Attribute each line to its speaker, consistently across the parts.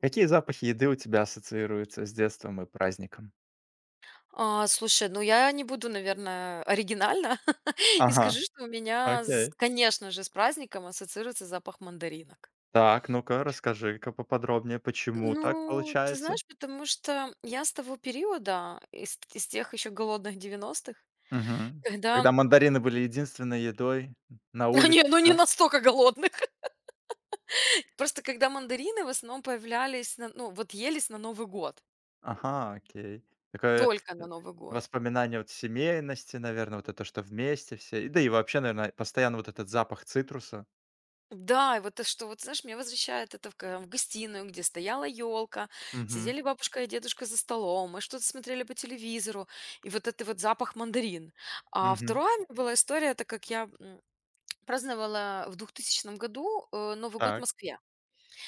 Speaker 1: Какие запахи еды у тебя ассоциируются с детством и праздником?
Speaker 2: А, слушай, ну я не буду, наверное, оригинально и скажу,
Speaker 1: Ага,
Speaker 2: что у меня,
Speaker 1: окей.
Speaker 2: конечно же, с праздником ассоциируется запах мандаринок.
Speaker 1: Так, ну-ка, расскажи-ка поподробнее, почему так
Speaker 2: Ну, ты
Speaker 1: получается?
Speaker 2: знаешь, потому что я с того периода, из тех еще голодных 90-х,
Speaker 1: Мгм.
Speaker 2: х когда...
Speaker 1: Когда мандарины были единственной едой на
Speaker 2: Ну, не, ну
Speaker 1: улицах,
Speaker 2: не
Speaker 1: да?
Speaker 2: настолько голодных. Просто когда мандарины в основном появлялись, ну вот елись на Новый год.
Speaker 1: Ага, окей. Такое,
Speaker 2: Только на
Speaker 1: э,
Speaker 2: Новый год.
Speaker 1: воспоминание вот семейности, наверное, вот это, что вместе все. И да и вообще, наверное, постоянно вот этот запах цитруса.
Speaker 2: Да, и вот то, что вот, знаешь, меня возвращает это в гостиную, где стояла елка,
Speaker 1: Мгм,
Speaker 2: сидели бабушка и дедушка за столом, мы что-то смотрели по телевизору, и вот это вот запах мандарин. А
Speaker 1: мгм.
Speaker 2: вторая у меня была история, это как я, праздновала в 2000 году, Новый год в
Speaker 1: Так,
Speaker 2: Москве.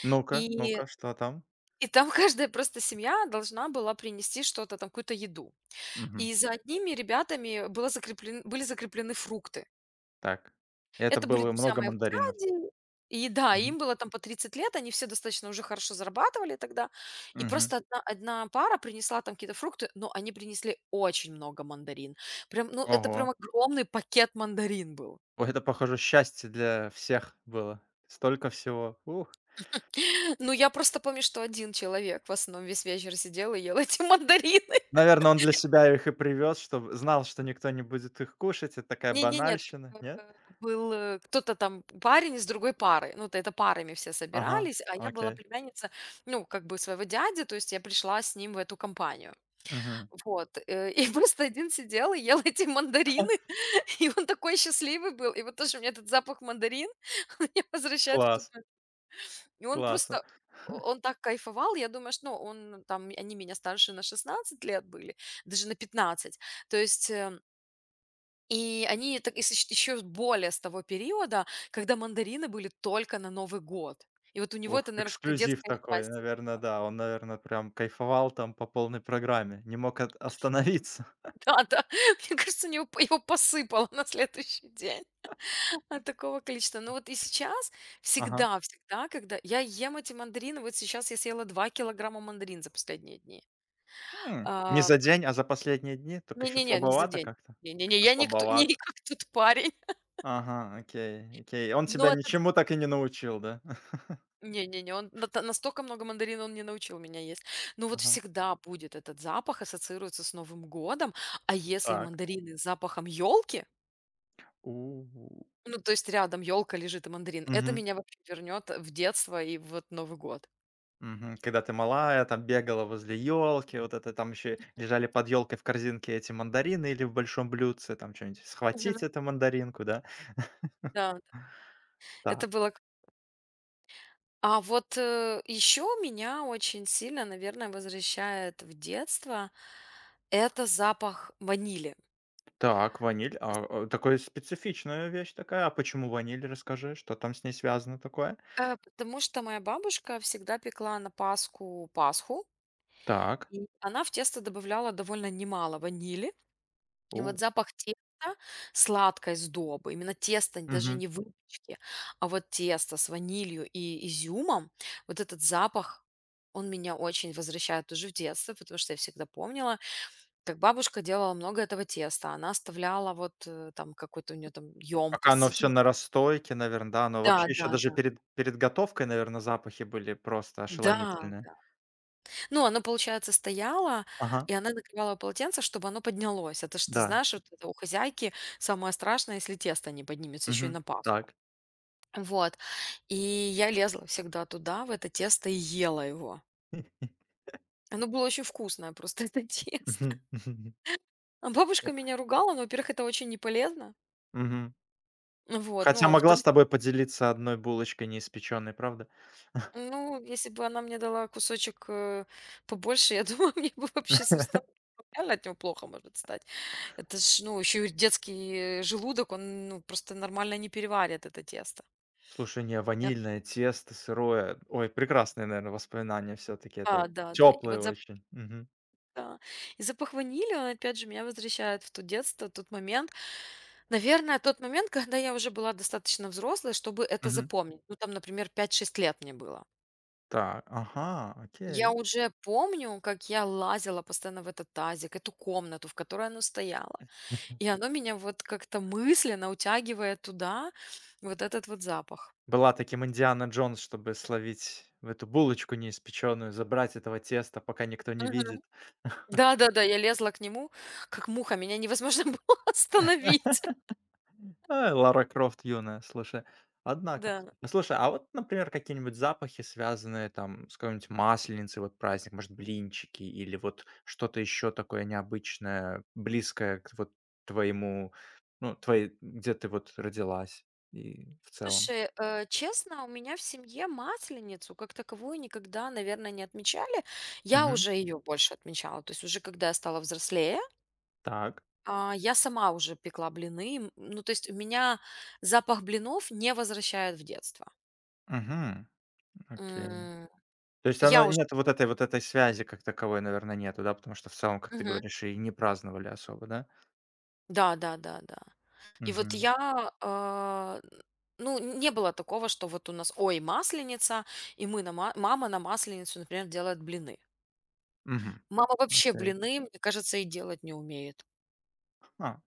Speaker 1: ну-ка,
Speaker 2: И
Speaker 1: ну-ка, что там?
Speaker 2: и там каждая просто семья должна была принести что-то там, какую-то еду.
Speaker 1: Мгм.
Speaker 2: И за одними ребятами было закреплен были закреплены фрукты.
Speaker 1: Так. Это
Speaker 2: Это были
Speaker 1: было
Speaker 2: друзья
Speaker 1: много
Speaker 2: моего
Speaker 1: мандаринов.
Speaker 2: дяди. И да,
Speaker 1: Мгм,
Speaker 2: им было там по 30 лет, они все достаточно уже хорошо зарабатывали тогда. И
Speaker 1: мгм.
Speaker 2: просто одна пара принесла там какие-то фрукты, но они принесли очень много мандарин. Прям, ну, это
Speaker 1: Ого.
Speaker 2: прям огромный пакет мандарин был.
Speaker 1: Ой, это, похоже, счастье для всех было. Столько всего. Ух.
Speaker 2: Ну, я просто помню, что один человек в основном весь вечер сидел и ел эти мандарины.
Speaker 1: Наверное, он для себя их и привез, чтобы знал, что никто не будет их кушать. Это такая
Speaker 2: Не-не-нет,
Speaker 1: банальщина, нет?
Speaker 2: был кто-то там парень из другой пары. Ну, то это парами все
Speaker 1: Ага,
Speaker 2: собирались, а я была
Speaker 1: окей.
Speaker 2: племянница, ну, как бы своего дяди, то есть я пришла с ним в эту компанию.
Speaker 1: Мгм.
Speaker 2: Вот, и просто один сидел и ел эти мандарины, и он такой счастливый был. И вот тоже у меня этот запах мандарин, он меня возвращает в тот
Speaker 1: Класс,
Speaker 2: мо И он
Speaker 1: классно.
Speaker 2: просто, о он так кайфовал. Я думаю, что, ну, он там, они меня старше на 16 лет были, даже на 15. То есть, и они так и с еще более с того периода, когда мандарины были только на Новый год. И вот у него это,
Speaker 1: Ух,
Speaker 2: наверно, какое
Speaker 1: эксклюзив
Speaker 2: детское
Speaker 1: такой,
Speaker 2: счастье.
Speaker 1: наверное, да. Он, наверное, прям кайфовал там по полной программе, не мог от остановиться.
Speaker 2: Да-да, мне кажется, его посыпало на следующий день. От такого количества. Ну вот и сейчас
Speaker 1: Ага.
Speaker 2: всегда, всегда, когда я ем эти мандарины, вот сейчас я съела 2 килограмма мандарин за последние дни.
Speaker 1: М, не
Speaker 2: А,
Speaker 1: за день, а за последние дни? Только еще
Speaker 2: не-не-не, не за
Speaker 1: слабовато
Speaker 2: день.
Speaker 1: как-то.
Speaker 2: Не-не-не,
Speaker 1: Как-то
Speaker 2: я не кто не
Speaker 1: слабовато.
Speaker 2: как тот парень.
Speaker 1: Ага, окей, окей. Он
Speaker 2: Но
Speaker 1: тебя
Speaker 2: этот
Speaker 1: ничему так и не научил, да?
Speaker 2: не-не-не, он нат настолько много мандарин он не научил меня есть. Но вот
Speaker 1: Ага.
Speaker 2: всегда будет этот запах, ассоциируется с Новым годом. А если
Speaker 1: Так.
Speaker 2: мандарины с запахом елки,
Speaker 1: У.
Speaker 2: ну, то есть рядом елка лежит и мандарин, это
Speaker 1: Мгм.
Speaker 2: меня вообще вернет в детство и вот Новый год.
Speaker 1: Мгм. Когда ты малая, там бегала возле елки, вот это там еще лежали под елкой в корзинке эти мандарины или в большом блюдце, там что-нибудь схватить
Speaker 2: Мгм.
Speaker 1: эту мандаринку, да?
Speaker 2: Да, это
Speaker 1: Так,
Speaker 2: было А вот, еще меня очень сильно, наверное, возвращает в детство, это запах ванили.
Speaker 1: так, ваниль. А, такая специфичная вещь такая. А почему ваниль? Расскажи, что там с ней связано такое?
Speaker 2: Потому что моя бабушка всегда пекла на Пасху пасху,
Speaker 1: Так.
Speaker 2: и она в тесто добавляла довольно немало ванили. И
Speaker 1: У.
Speaker 2: вот запах теста, сладкой сдобы, именно теста, даже
Speaker 1: Мгм.
Speaker 2: не выпечки, а вот тесто с ванилью и изюмом, вот этот запах, он меня очень возвращает уже в детство, потому что я всегда помнила, как бабушка делала много этого теста, она оставляла вот, там какую-то у нее там
Speaker 1: Пока
Speaker 2: емкость с
Speaker 1: оно все
Speaker 2: этим.
Speaker 1: на расстойке, наверное, да, оно
Speaker 2: Да,
Speaker 1: вообще
Speaker 2: да,
Speaker 1: еще даже
Speaker 2: да.
Speaker 1: перед готовкой, наверно, запахи были просто
Speaker 2: Да,
Speaker 1: ошеломительные.
Speaker 2: да. Ну, оно, получается, стояло,
Speaker 1: Ага,
Speaker 2: и она накрывала полотенце, чтобы оно поднялось. Это ж, ты
Speaker 1: да.
Speaker 2: знаешь, вот это у хозяйки самое страшное, если тесто не поднимется, еще и на
Speaker 1: Мгм.
Speaker 2: Пасху.
Speaker 1: Так.
Speaker 2: Вот. И я лезла всегда туда, в это тесто, и ела его. Оно было очень вкусное просто, это тесто.
Speaker 1: Мгм, мгм.
Speaker 2: А бабушка
Speaker 1: О,
Speaker 2: меня ругала, но, во-первых, это очень не полезно.
Speaker 1: мгм.
Speaker 2: Вот, ну,
Speaker 1: Хотя
Speaker 2: а во
Speaker 1: могла с тобой поделиться одной булочкой неиспечённой, правда?
Speaker 2: ну, если бы она мне дала кусочек, побольше, я думаю, мне бы вообще совсем реально от него плохо может стать. Это ж, ну, еще и детский желудок, он, ну, просто нормально не переварит это тесто.
Speaker 1: Слушай, не,
Speaker 2: Э,
Speaker 1: ванильное тесто сырое. Ой, прекрасные, наверное, воспоминания все таки Это
Speaker 2: да, да, да. И
Speaker 1: теплые
Speaker 2: вот запах,
Speaker 1: очень. Мгм,
Speaker 2: да. И запах ванили, он опять же меня возвращает в то детство, тот момент. Наверное, тот момент, когда я уже была достаточно взрослой, чтобы это
Speaker 1: мгм.
Speaker 2: запомнить. Ну, там, например, 5-6 лет мне было.
Speaker 1: Так, ага,
Speaker 2: Я
Speaker 1: окей.
Speaker 2: уже помню, как я лазила постоянно в этот тазик, эту комнату, в которой оно стояло. И оно меня вот как-то мысленно утягивает туда, вот этот вот запах.
Speaker 1: Была таким Индиана Джонс, чтобы словить в эту булочку неиспеченную, забрать этого теста, пока никто не
Speaker 2: Мгм.
Speaker 1: видит.
Speaker 2: Да-да-да, я лезла к нему, как муха, меня невозможно было остановить.
Speaker 1: А, Лара Крофт юная, слушай. Однако.
Speaker 2: Да.
Speaker 1: Ну, слушай, а вот, например, какие-нибудь запахи, связанные там с какой-нибудь масленицей, вот праздник, может, блинчики или вот что-то еще такое необычное, близкое к вот твоему, ну, твоей, где ты вот родилась и в целом.
Speaker 2: Слушай, честно, у меня в семье Масленицу как таковую никогда, наверное, не отмечали. Я
Speaker 1: Мгм.
Speaker 2: уже ее больше отмечала. То есть уже когда я стала взрослее,
Speaker 1: Так.
Speaker 2: а я сама уже пекла блины. Ну, то есть у меня запах блинов не возвращает в детство.
Speaker 1: Мгм. Окей.
Speaker 2: М,
Speaker 1: То есть
Speaker 2: я
Speaker 1: оно
Speaker 2: уже
Speaker 1: нет вот этой связи как таковой, наверное, нету, да? Потому что в целом, как ты
Speaker 2: Мгм.
Speaker 1: говоришь, и не праздновали особо, да?
Speaker 2: Да, да, да, да. И вот
Speaker 1: Угу.
Speaker 2: я, ну, не было такого, что вот у нас, ой, масленица, и мы на ма мама на масленицу, например, делает блины.
Speaker 1: Угу.
Speaker 2: Мама вообще
Speaker 1: Окей.
Speaker 2: блины, мне кажется, и делать не умеет.
Speaker 1: А.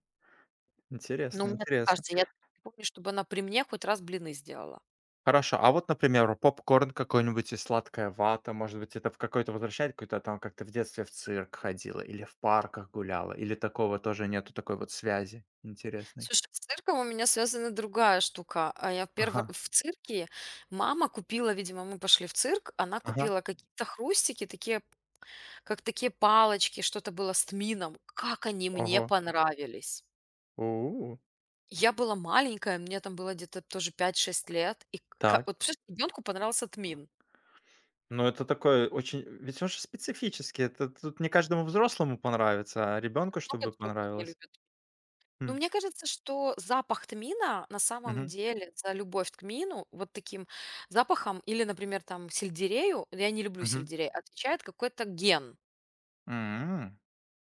Speaker 2: Ну,
Speaker 1: Интересно,
Speaker 2: мне так
Speaker 1: интересно.
Speaker 2: кажется, я не помню, чтобы она при мне хоть раз блины сделала.
Speaker 1: Хорошо, а вот, например, попкорн какой-нибудь и сладкая вата, может быть, это в какой-то возвращает какой-то а там, как ты в детстве в цирк ходила или в парках гуляла, или такого тоже нету, такой вот связи интересной?
Speaker 2: Слушай, с цирком у меня связана другая штука. А я
Speaker 1: Ага,
Speaker 2: в цирке мама купила, видимо, мы пошли в цирк, она
Speaker 1: ага,
Speaker 2: купила какие-то хрустики, такие, как такие палочки, что-то было с тмином. Как они мне
Speaker 1: ого,
Speaker 2: понравились!
Speaker 1: у.
Speaker 2: Я была маленькая, мне там было где-то тоже 5-6 лет, и к
Speaker 1: Так,
Speaker 2: вот представляешь, ребенку понравился тмин.
Speaker 1: ну это такое очень ведь он же специфический, это тут не каждому взрослому понравится, а ребенку
Speaker 2: Ну, он
Speaker 1: чтобы
Speaker 2: просто так не
Speaker 1: понравилось.
Speaker 2: любит. Ну,
Speaker 1: М,
Speaker 2: мне кажется, что запах тмина на самом
Speaker 1: мгм,
Speaker 2: деле за любовь к тмину, вот таким запахом или, например, там сельдерею, я не люблю
Speaker 1: мгм.
Speaker 2: сельдерей, отвечает какой-то ген.
Speaker 1: М,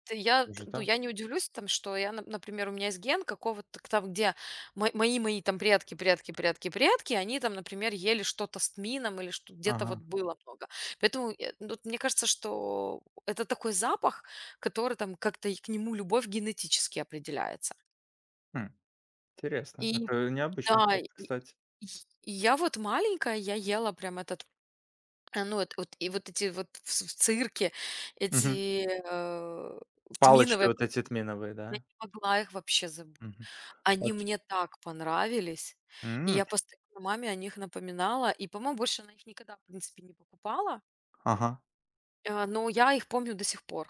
Speaker 1: даже
Speaker 2: Ну,
Speaker 1: так?
Speaker 2: я не удивлюсь, там, что я, например, у меня есть ген какого-то, там, где мои там предки, предки, предки, предки, они там, например, ели что-то с тмином или что где-то вот
Speaker 1: Ага,
Speaker 2: было много. Поэтому ну, вот мне кажется, что это такой запах, который там как-то и к нему любовь генетически определяется.
Speaker 1: хм, интересно.
Speaker 2: И
Speaker 1: Это необычный
Speaker 2: Да, и
Speaker 1: факт,
Speaker 2: и
Speaker 1: кстати.
Speaker 2: й я вот маленькая, я ела прям этот, ну, эт вот и вот эти вот в с в цирке
Speaker 1: Мгм.
Speaker 2: эти,
Speaker 1: Палочки
Speaker 2: тминовые,
Speaker 1: вот эти тминовые,
Speaker 2: я не
Speaker 1: да?
Speaker 2: могла их вообще забыть.
Speaker 1: Мгм.
Speaker 2: Они
Speaker 1: Оч
Speaker 2: мне так понравились, и
Speaker 1: М,
Speaker 2: я постоянно маме о них напоминала, и, по-моему, больше она их никогда, в принципе, не покупала,
Speaker 1: ага,
Speaker 2: но я их помню до сих пор.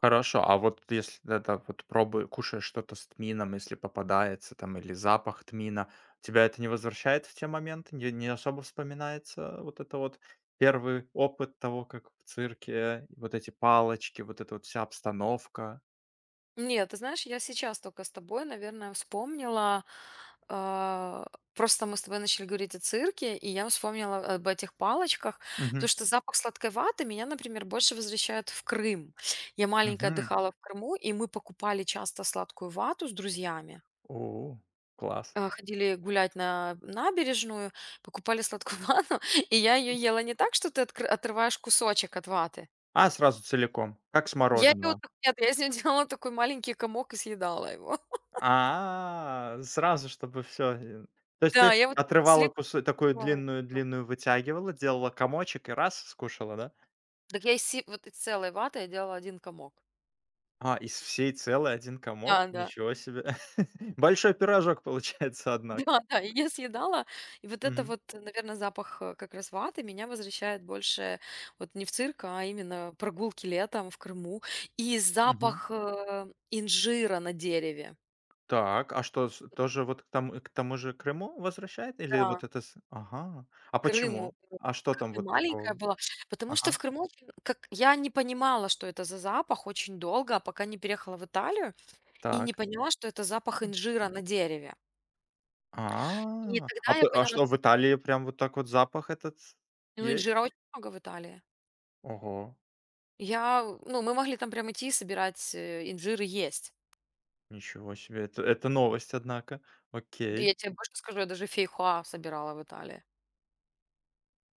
Speaker 1: хорошо. А вот если это вот пробуешь кушаешь что-то с тмином, если попадается там или запах тмина, тебя это не возвращает в те моменты? Не особо вспоминается вот это вот первый опыт того, как в цирке, вот эти палочки, вот эта вот вся обстановка?
Speaker 2: Нет, ты знаешь, я сейчас только с тобой, наверное, вспомнила. А, просто мы с тобой начали говорить о цирке, и я вспомнила об этих палочках, потому
Speaker 1: Угу.
Speaker 2: что запах сладкой ваты меня, например, больше возвращает в Крым. Я маленькая
Speaker 1: Угу.
Speaker 2: отдыхала в Крыму, и мы покупали часто сладкую вату с друзьями.
Speaker 1: О, класс.
Speaker 2: Ходили гулять на набережную, покупали сладкую вату, и я ее ела не так, что ты отрываешь кусочек от ваты.
Speaker 1: А, сразу целиком, как с
Speaker 2: Я ее,
Speaker 1: мороженого.
Speaker 2: нет, я из нее делала такой маленький комок и съедала его.
Speaker 1: А, сразу, чтобы все, то есть
Speaker 2: Да,
Speaker 1: ты
Speaker 2: я вот
Speaker 1: отрывала
Speaker 2: слеп
Speaker 1: кусок, такую
Speaker 2: делала.
Speaker 1: длинную-длинную вытягивала, делала комочек и раз- скушала, да?
Speaker 2: Так я из се вот из целой ваты я делала один комок.
Speaker 1: А, из всей целой один комок?
Speaker 2: Да, да.
Speaker 1: Ничего себе. Большой пирожок получается, однако.
Speaker 2: Да-да, и я съедала. И вот это
Speaker 1: Мгм,
Speaker 2: вот, наверное, запах, как раз ваты меня возвращает больше вот не в цирк, а именно прогулки летом в Крыму. И
Speaker 1: мгм.
Speaker 2: запах, инжира на дереве.
Speaker 1: Так, а что, с тоже вот к тому же Крыму возвращает или
Speaker 2: Да,
Speaker 1: вот это с Ага. А
Speaker 2: Крыму,
Speaker 1: почему?
Speaker 2: э,
Speaker 1: А что
Speaker 2: как
Speaker 1: там
Speaker 2: я
Speaker 1: вот
Speaker 2: маленькая
Speaker 1: такого?
Speaker 2: была. Потому что в
Speaker 1: Ага,
Speaker 2: Крыму очень как я не понимала, что это за запах очень долго, а пока не переехала в Италию и не
Speaker 1: так.
Speaker 2: поняла, что это запах инжира на дереве. И
Speaker 1: А
Speaker 2: тогда я
Speaker 1: п а
Speaker 2: поняла,
Speaker 1: что,
Speaker 2: что
Speaker 1: в Италии прям вот так вот запах этот
Speaker 2: ну,
Speaker 1: есть?
Speaker 2: инжира очень много в Италии.
Speaker 1: Ого.
Speaker 2: Я, ну, мы могли там прям идти и собирать, инжир и есть.
Speaker 1: Ничего себе, это новость, однако.
Speaker 2: Да
Speaker 1: Окей.
Speaker 2: я тебе больше скажу, я даже фейхоа собирала в Италии.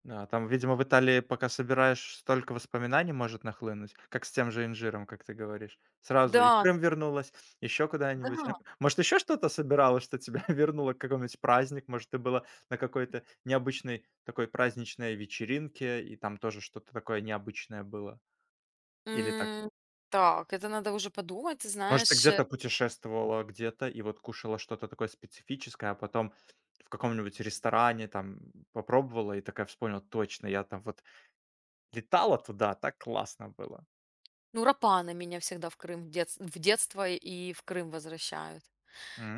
Speaker 1: А, там, видимо, в Италии, пока собираешь, столько воспоминаний может нахлынуть, как с тем же инжиром, как ты говоришь. Сразу и в
Speaker 2: Да,
Speaker 1: Крым вернулась, еще куда-нибудь.
Speaker 2: да.
Speaker 1: Может, еще что-то собиралась, что тебя вернуло к какому-нибудь праздник? Может, ты была на какой-то необычной такой праздничной вечеринке, и там тоже что-то такое необычное было? Или так
Speaker 2: М, так, это надо уже подумать, ты
Speaker 1: может, ты
Speaker 2: знаешь.
Speaker 1: где-то путешествовала, где-то и вот кушала что-то такое специфическое, а потом в каком-нибудь ресторане там попробовала и такая вспомнила: "Точно, я там вот летала туда, так классно было".
Speaker 2: Ну, рапаны меня всегда в Крым в детство и в Крым возвращают.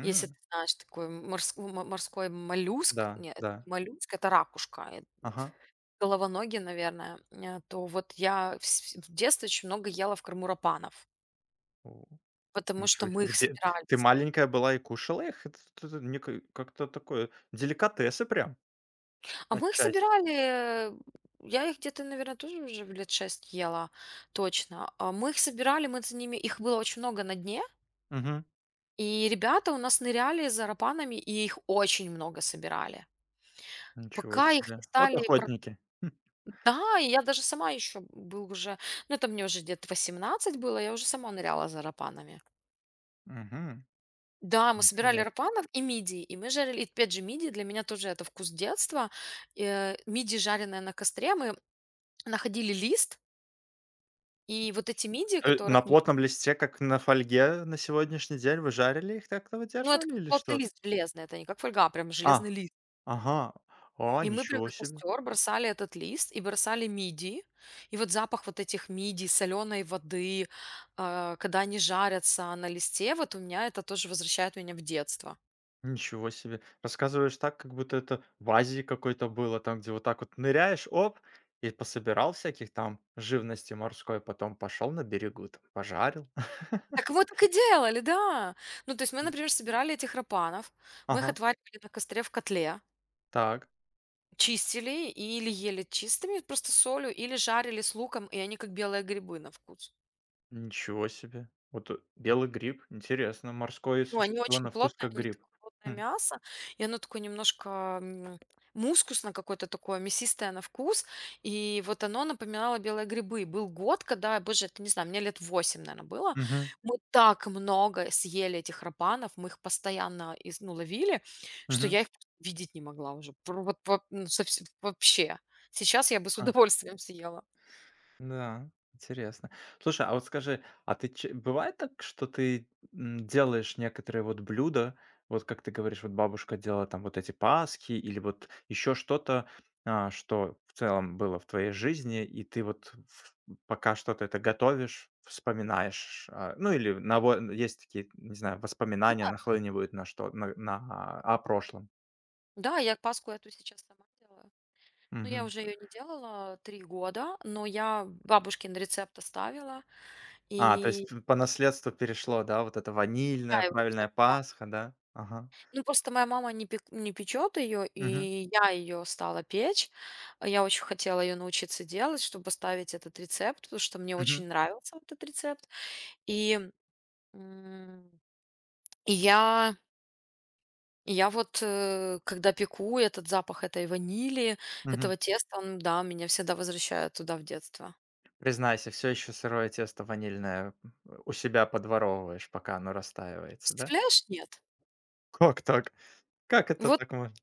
Speaker 2: Если ты знаешь такой морской моллюск,
Speaker 1: да,
Speaker 2: нет, это
Speaker 1: да.
Speaker 2: не моллюск, это ракушка,
Speaker 1: Ага.
Speaker 2: головоногий, наверное, то вот я вс в детстве очень много ела в Крыму рапанов.
Speaker 1: О,
Speaker 2: Потому что
Speaker 1: ничего себе.
Speaker 2: мы
Speaker 1: В
Speaker 2: их
Speaker 1: де Ты
Speaker 2: собирались.
Speaker 1: маленькая была и кушала их? Это не ка как-то такое деликатесы прям
Speaker 2: А мы их
Speaker 1: отчасти.
Speaker 2: собирали, э, я их где-то, наверное, тоже уже в 6 лет ела, точно. А мы их собирали, мы за ними их было очень много на дне,
Speaker 1: Мгм.
Speaker 2: и ребята у нас ныряли за рапанами, и их очень много собирали.
Speaker 1: Ничего
Speaker 2: Пока их не
Speaker 1: себе. Вот
Speaker 2: стали про
Speaker 1: охотники. Хм.
Speaker 2: Да, и я даже сама еще был уже, ну, это мне уже где-то 18 было, я уже сама ныряла за рапанами.
Speaker 1: Мгм.
Speaker 2: Да, мы собирали
Speaker 1: Интере
Speaker 2: рапанов и мидии, и мы жарили. И опять же, мидии для меня тоже это вкус детства. Мидии, жареные на костре, мы находили лист, и вот эти мидии,
Speaker 1: На
Speaker 2: которых мы
Speaker 1: плотном листе, как на фольге на сегодняшний день? Вы жарили их, так-то
Speaker 2: ну, это
Speaker 1: выдерживали
Speaker 2: как
Speaker 1: или
Speaker 2: плотный
Speaker 1: что?
Speaker 2: лист железный, это не как фольга, а прям
Speaker 1: А,
Speaker 2: железный лист.
Speaker 1: ага. А,
Speaker 2: И мы прям
Speaker 1: ничего
Speaker 2: на
Speaker 1: себе,
Speaker 2: костер бросали этот лист и бросали мидии. И вот запах вот этих мидий, соленой воды, когда они жарятся на листе, вот у меня это тоже возвращает меня в детство.
Speaker 1: ничего себе. Рассказываешь так, как будто это в Азии какой-то было, там, где вот так вот ныряешь, оп, и пособирал всяких там живности морской, потом пошел на берегу, там, пожарил.
Speaker 2: Так мы так и делали, да. Ну, то есть мы,
Speaker 1: Нич
Speaker 2: например, собирали этих рапанов, мы их
Speaker 1: Ага,
Speaker 2: отваривали на костре в котле,
Speaker 1: так,
Speaker 2: чистили или ели чистыми, просто солью, или жарили с луком, и они как белые грибы на вкус.
Speaker 1: ничего себе. Вот, белый гриб, интересно, морское
Speaker 2: Ну, они
Speaker 1: существо
Speaker 2: очень
Speaker 1: на вкус
Speaker 2: плотные,
Speaker 1: как
Speaker 2: они
Speaker 1: гриб.
Speaker 2: такое плотное
Speaker 1: Хм,
Speaker 2: мясо, и оно такое немножко, мускусно какое-то такое, мясистое на вкус. И вот оно напоминало белые грибы. Был год, когда, боже, это не знаю, мне 8 лет, наверное, было.
Speaker 1: мгм,
Speaker 2: Мы так много съели этих рапанов, мы их постоянно из ну, ловили, что
Speaker 1: мгм.
Speaker 2: я их видеть не могла уже. Ну, совсе вообще. Сейчас я бы с удовольствием съела.
Speaker 1: Да, интересно. Слушай, а вот скажи, а ты че бывает так, что ты, делаешь некоторые вот блюда, вот как ты говоришь, вот бабушка делала там вот эти паски или вот еще что-то, а, что в целом было в твоей жизни, и ты вот в пока что-то это готовишь, вспоминаешь, а, ну, или наво есть такие, не знаю, воспоминания нахлынивают на что на о прошлом.
Speaker 2: Да, я Пасху эту сейчас сама делаю. Ну, я
Speaker 1: Мгм.
Speaker 2: уже ее не делала 3 года, но я бабушкин рецепт оставила,
Speaker 1: А, то есть
Speaker 2: и
Speaker 1: п по наследству перешло, да, вот это ванильная,
Speaker 2: я его всё
Speaker 1: правильная Пасха, да? Ага.
Speaker 2: ну, просто моя мама не печет ее,
Speaker 1: Мгм,
Speaker 2: и я ее стала печь. Я очень хотела ее научиться делать, чтобы оставить этот рецепт, потому что мне
Speaker 1: мгм,
Speaker 2: очень нравился вот этот рецепт. И, м, и я и я вот, когда пеку, этот запах этой ванили,
Speaker 1: мгм.
Speaker 2: этого теста, он, да, меня всегда возвращает туда, в детство.
Speaker 1: Признайся, все еще сырое тесто ванильное, у себя подворовываешь, пока оно растаивается, да?
Speaker 2: Представляешь, нет.
Speaker 1: Как так? Как это
Speaker 2: Вот
Speaker 1: так можно?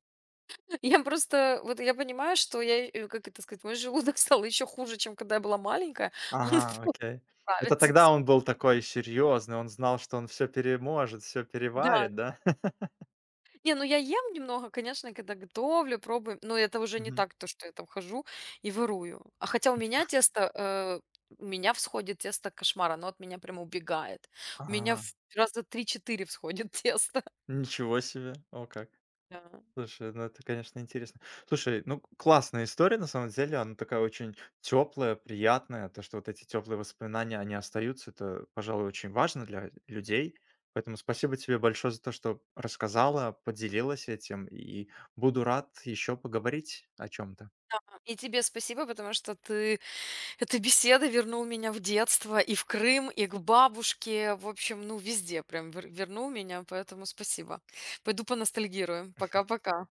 Speaker 2: я просто, вот я понимаю, что я, как это сказать, мой желудок стал еще хуже, чем когда я была маленькая. Он не
Speaker 1: Ага, окей. Это
Speaker 2: справится.
Speaker 1: тогда он был такой серьезный, он знал, что он все переможет, все
Speaker 2: Да.
Speaker 1: переварит, да?
Speaker 2: Не, ну я ем немного, конечно, когда готовлю, пробую, но это уже не
Speaker 1: Мгм.
Speaker 2: так, то, что я там хожу и ворую. А хотя у меня тесто, у меня всходит тесто кошмар, оно от меня прямо убегает. У меня
Speaker 1: Ага,
Speaker 2: в раза 3-4 всходит тесто.
Speaker 1: ничего себе! О как.
Speaker 2: Да.
Speaker 1: Слушай, ну это, конечно, интересно. Слушай, ну классная история, на самом деле, она такая очень теплая, приятная. То, что вот эти теплые воспоминания, они остаются, это, пожалуй, очень важно для людей. Поэтому спасибо тебе большое за то, что рассказала, поделилась этим, и буду рад еще поговорить о чем-то.
Speaker 2: И тебе спасибо, потому что ты эта беседа вернул меня в детство, и в Крым, и к бабушке. В общем, ну, везде прям вернул меня, поэтому спасибо. Пойду поностальгирую. Пока-пока.